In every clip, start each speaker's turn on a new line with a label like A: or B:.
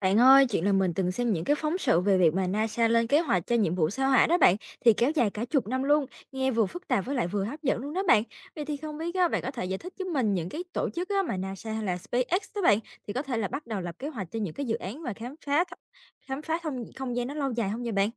A: Bạn ơi, chuyện là mình từng xem những cái phóng sự về việc mà NASA lên kế hoạch cho nhiệm vụ sao Hỏa đó bạn, thì kéo dài cả chục năm luôn, nghe vừa phức tạp với lại vừa hấp dẫn luôn đó bạn. Vậy thì không biết á, bạn có thể giải thích giúp mình những cái tổ chức á, mà NASA hay là SpaceX đó bạn, thì có thể là bắt đầu lập kế hoạch cho những cái dự án và khám phá khám phá không không gian nó lâu dài không vậy bạn?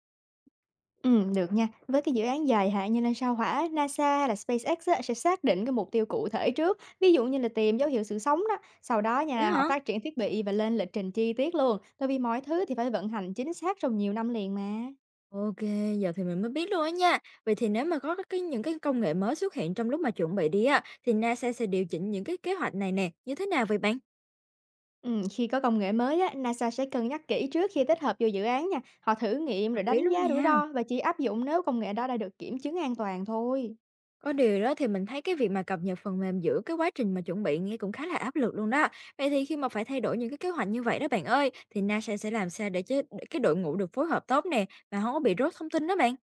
B: Được nha. Với cái dự án dài hạn như lên sao Hỏa, NASA hay là SpaceX á, sẽ xác định cái mục tiêu cụ thể trước, ví dụ như là tìm dấu hiệu sự sống đó. Sau đó
A: Vậy
B: nha, họ
A: hả?
B: phát triển thiết bị và lên lịch trình chi tiết luôn, tại vì mọi thứ thì phải vận hành chính xác trong nhiều năm liền mà.
A: Ok, giờ thì mình mới biết luôn á nha. Vậy thì nếu mà có những cái công nghệ mới xuất hiện trong lúc mà chuẩn bị đi á, thì NASA sẽ điều chỉnh những cái kế hoạch này nè, như thế nào vậy bạn?
B: Khi có công nghệ mới á, NASA sẽ cân nhắc kỹ trước khi tích hợp vô dự án nha. Họ thử nghiệm
A: Hợp
B: rồi
A: lý
B: đánh
A: luôn
B: giá rủi
A: nha.
B: ro, và chỉ áp dụng nếu công nghệ đó đã được kiểm chứng an toàn thôi.
A: Có điều đó thì mình thấy cái việc mà cập nhật phần mềm giữa cái quá trình mà chuẩn bị nghe cũng khá là áp lực luôn đó. Vậy thì khi mà phải thay đổi những cái kế hoạch như vậy đó bạn ơi, thì NASA sẽ làm sao để cái đội ngũ được phối hợp tốt nè mà không có bị rớt thông tin đó bạn?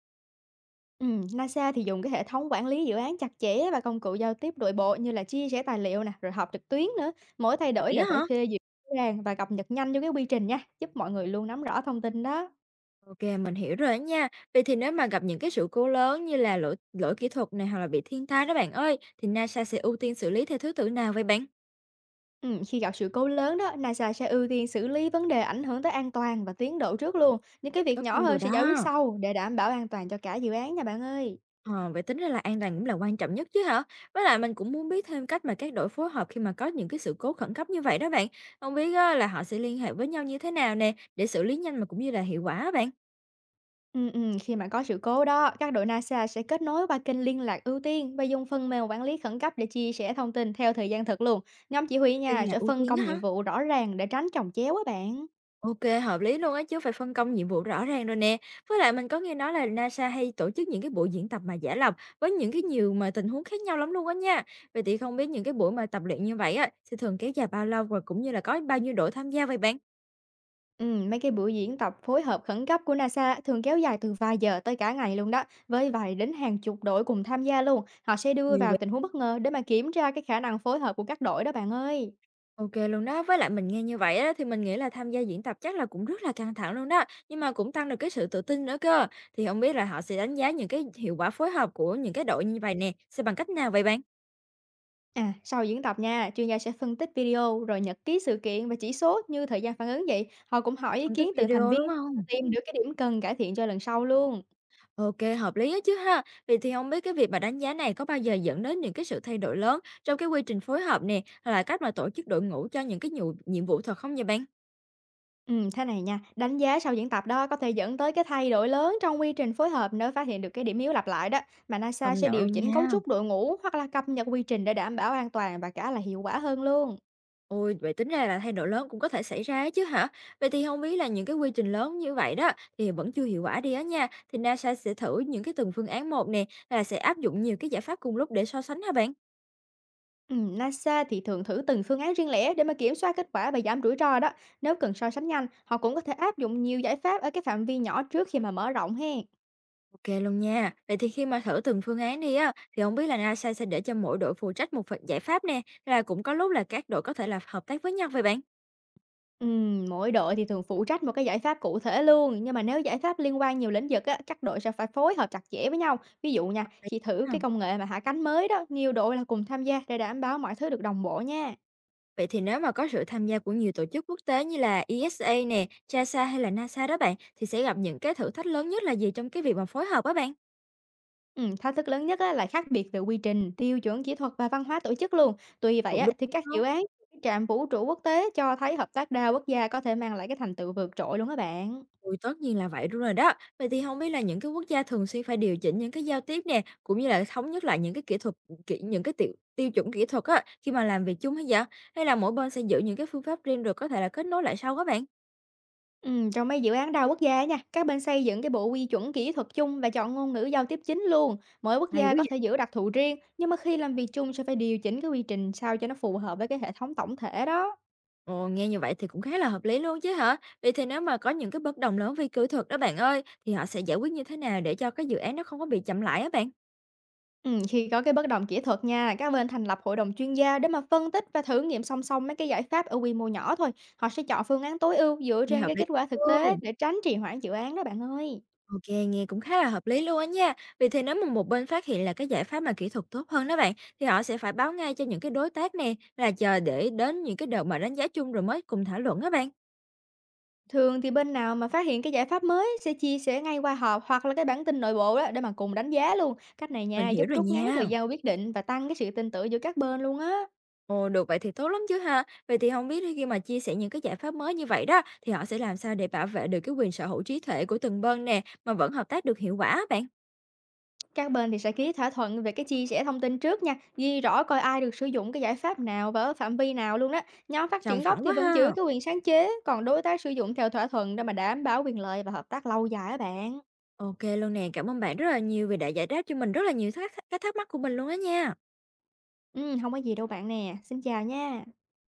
B: NASA thì dùng cái hệ thống quản lý dự án chặt chẽ và công cụ giao tiếp nội bộ, như là chia sẻ tài liệu nè, rồi họp trực tuyến nữa. Mỗi thay đổi
A: Vậy
B: đều
A: á
B: phải
A: hả?
B: phê duyệt rõ ràng và cập nhật nhanh cho cái quy trình nha, giúp mọi người luôn nắm rõ thông tin đó.
A: Ok, mình hiểu rồi đó nha. Vậy thì nếu mà gặp những cái sự cố lớn như là lỗi lỗi kỹ thuật này hoặc là bị thiên tai đó bạn ơi, thì NASA sẽ ưu tiên xử lý theo thứ tự nào vậy bạn?
B: Khi gặp sự cố lớn đó, NASA sẽ ưu tiên xử lý vấn đề ảnh hưởng tới an toàn và tiến độ trước luôn. Những cái việc
A: Tất
B: nhỏ
A: nhiên
B: hơn
A: rồi
B: sẽ giải quyết
A: đó.
B: sau, để đảm bảo an toàn cho cả dự án nha bạn ơi.
A: Ờ, vậy tính ra là an toàn cũng là quan trọng nhất chứ hả? Với lại mình cũng muốn biết thêm cách mà các đội phối hợp khi mà có những cái sự cố khẩn cấp như vậy đó bạn. Không biết á, là họ sẽ liên hệ với nhau như thế nào nè để xử lý nhanh mà cũng như là hiệu quả á bạn.
B: Khi mà có sự cố đó, các đội NASA sẽ kết nối qua kênh liên lạc ưu tiên, và dùng phần mềm quản lý khẩn cấp để chia sẻ thông tin theo thời gian thực luôn. Nhóm chỉ huy nha,
A: Liên lạc
B: sẽ
A: ưu
B: phân
A: tiên
B: công
A: á
B: nhiệm
A: hả?
B: vụ rõ ràng để tránh chồng chéo á bạn.
A: Ok, hợp lý luôn á chứ phải phân công nhiệm vụ rõ ràng rồi nè. Với lại mình có nghe nói là NASA hay tổ chức những cái buổi diễn tập mà giả lập với những cái nhiều mà tình huống khác nhau lắm luôn á nha. Vậy thì không biết những cái buổi mà tập luyện như vậy á sẽ thường kéo dài bao lâu rồi cũng như là có bao nhiêu đội tham gia vậy bạn?
B: Mấy cái buổi diễn tập phối hợp khẩn cấp của NASA thường kéo dài từ vài giờ tới cả ngày luôn đó, với vài đến hàng chục đội cùng tham gia luôn. Họ sẽ đưa
A: Nhiều
B: vào
A: vậy.
B: tình huống bất ngờ, để mà kiểm tra cái khả năng phối hợp của các đội đó bạn ơi.
A: OK luôn đó. Với lại mình nghe như vậy á, thì mình nghĩ là tham gia diễn tập chắc là cũng rất là căng thẳng luôn đó, nhưng mà cũng tăng được cái sự tự tin nữa cơ. Thì không biết là họ sẽ đánh giá những cái hiệu quả phối hợp của những cái đội như vậy nè, sẽ bằng cách nào vậy bạn?
B: À, sau diễn tập nha, chuyên gia sẽ phân tích video rồi nhật ký sự kiện và chỉ số như thời gian phản ứng vậy. Họ cũng hỏi ý
A: Phân tích
B: kiến từng thành
A: video,
B: viên,
A: đúng không?
B: tìm được cái điểm cần cải thiện cho lần sau luôn.
A: OK, hợp lý á chứ ha. Vậy thì không biết cái việc mà đánh giá này có bao giờ dẫn đến những cái sự thay đổi lớn trong cái quy trình phối hợp nè, hay là cách mà tổ chức đội ngũ cho những cái nhiệm vụ thật không vậy bạn?
B: Ừ, thế này nha, đánh giá sau diễn tập đó có thể dẫn tới cái thay đổi lớn trong quy trình phối hợp, nếu phát hiện được cái điểm yếu lặp lại đó. Mà NASA
A: Công
B: sẽ
A: nhận
B: điều
A: luôn
B: chỉnh cấu
A: nha.
B: trúc đội ngũ hoặc là cập nhật quy trình, để đảm bảo an toàn và cả là hiệu quả hơn luôn.
A: Ôi, vậy tính ra là thay đổi lớn cũng có thể xảy ra ấy chứ hả? Vậy thì không biết là những cái quy trình lớn như vậy đó thì vẫn chưa hiệu quả đi á nha, thì NASA sẽ thử những cái từng phương án một nè, là sẽ áp dụng nhiều cái giải pháp cùng lúc để so sánh hả bạn?
B: NASA thì thường thử từng phương án riêng lẻ, để mà kiểm soát kết quả và giảm rủi ro đó. Nếu cần so sánh nhanh, họ cũng có thể áp dụng nhiều giải pháp ở cái phạm vi nhỏ, trước khi mà mở rộng hen.
A: Ok luôn nha. Vậy thì khi mà thử từng phương án đi á, thì không biết là NASA sẽ để cho mỗi đội phụ trách một phần giải pháp nè, là cũng có lúc là các đội có thể là hợp tác với nhau vậy bạn?
B: Mỗi đội thì thường phụ trách một cái giải pháp cụ thể luôn, nhưng mà nếu giải pháp liên quan nhiều lĩnh vực á, các đội sẽ phải phối hợp chặt chẽ với nhau. Ví dụ nha,
A: Vậy
B: khi thử
A: ha.
B: cái công nghệ mà hạ cánh mới đó, nhiều đội là cùng tham gia để đảm bảo mọi thứ được đồng bộ nha.
A: Vậy thì nếu mà có sự tham gia của nhiều tổ chức quốc tế như là ESA nè, NASA hay là NASA đó bạn, thì sẽ gặp những cái thử thách lớn nhất là gì trong cái việc mà phối hợp á bạn?
B: Ừ, thách thức lớn nhất á, là khác biệt về quy trình, tiêu chuẩn kỹ thuật và văn hóa tổ chức luôn. Tuy vậy
A: Cũng
B: á,
A: đúng
B: thì các dự
A: đó,
B: án trạm vũ trụ quốc tế cho thấy hợp tác đa quốc gia có thể mang lại cái thành tựu vượt trội luôn các bạn.
A: ừ, tất nhiên là vậy rồi đó. Vậy thì không biết là những cái quốc gia thường xuyên phải điều chỉnh những cái giao tiếp nè, cũng như là thống nhất lại những cái tiêu tiêu chuẩn kỹ thuật á, khi mà làm việc chung hay vậy? Hay là mỗi bên sẽ giữ những cái phương pháp riêng rồi có thể là kết nối lại sau á bạn?
B: Ừ, trong mấy dự án đa quốc gia á nha, các bên xây dựng cái bộ quy chuẩn kỹ thuật chung và chọn ngôn ngữ giao tiếp chính luôn. Mỗi quốc
A: Hay quá
B: gia có
A: vậy!
B: thể giữ đặc thù riêng, nhưng mà khi làm việc chung sẽ phải điều chỉnh cái quy trình sao cho nó phù hợp với cái hệ thống tổng thể đó.
A: Ồ, nghe như vậy thì cũng khá là hợp lý luôn chứ hả? Vậy thì nếu mà có những cái bất đồng lớn về kỹ thuật đó bạn ơi, thì họ sẽ giải quyết như thế nào để cho cái dự án nó không có bị chậm lại á bạn?
B: Khi có cái bất đồng kỹ thuật nha, các bên thành lập hội đồng chuyên gia để mà phân tích và thử nghiệm song song mấy cái giải pháp ở quy mô nhỏ thôi. Họ sẽ chọn phương án tối ưu dựa
A: Nghe
B: trên
A: hợp
B: cái
A: lý
B: kết quả thực tế,
A: luôn.
B: để tránh trì hoãn dự án đó bạn ơi.
A: OK, nghe cũng khá là hợp lý luôn á nha. Vậy thì nếu mà một bên phát hiện là cái giải pháp mà kỹ thuật tốt hơn đó bạn, thì họ sẽ phải báo ngay cho những cái đối tác nè, là chờ để đến những cái đợt mà đánh giá chung rồi mới cùng thảo luận đó bạn.
B: Thường thì bên nào mà phát hiện cái giải pháp mới sẽ chia sẻ ngay qua họp, hoặc là cái bản tin nội bộ đó, để mà cùng đánh giá luôn. Cách này
A: Mình
B: nha,
A: hiểu
B: giúp
A: rồi
B: rút ngắn
A: nha.
B: thời gian quyết định và tăng cái sự tin tưởng giữa các bên luôn á.
A: Ồ, được vậy thì tốt lắm chứ ha. Vậy thì không biết thì khi mà chia sẻ những cái giải pháp mới như vậy đó, thì họ sẽ làm sao để bảo vệ được cái quyền sở hữu trí tuệ của từng bên nè, mà vẫn hợp tác được hiệu quả á bạn?
B: Các bên thì sẽ ký thỏa thuận về cái chia sẻ thông tin trước nha, ghi rõ coi ai được sử dụng cái giải pháp nào và ở phạm vi nào luôn đó. Nhóm phát
A: Sòng
B: triển gốc
A: phẳng
B: thì
A: quá
B: vẫn giữ
A: ha.
B: cái quyền sáng chế, còn đối tác sử dụng theo thỏa thuận, để mà đảm bảo quyền lợi và hợp tác lâu dài á bạn.
A: OK luôn nè, cảm ơn bạn rất là nhiều vì đã giải đáp cho mình rất là nhiều các thắc mắc của mình luôn á nha.
B: Ừ, không có gì đâu bạn nè. Xin chào nha.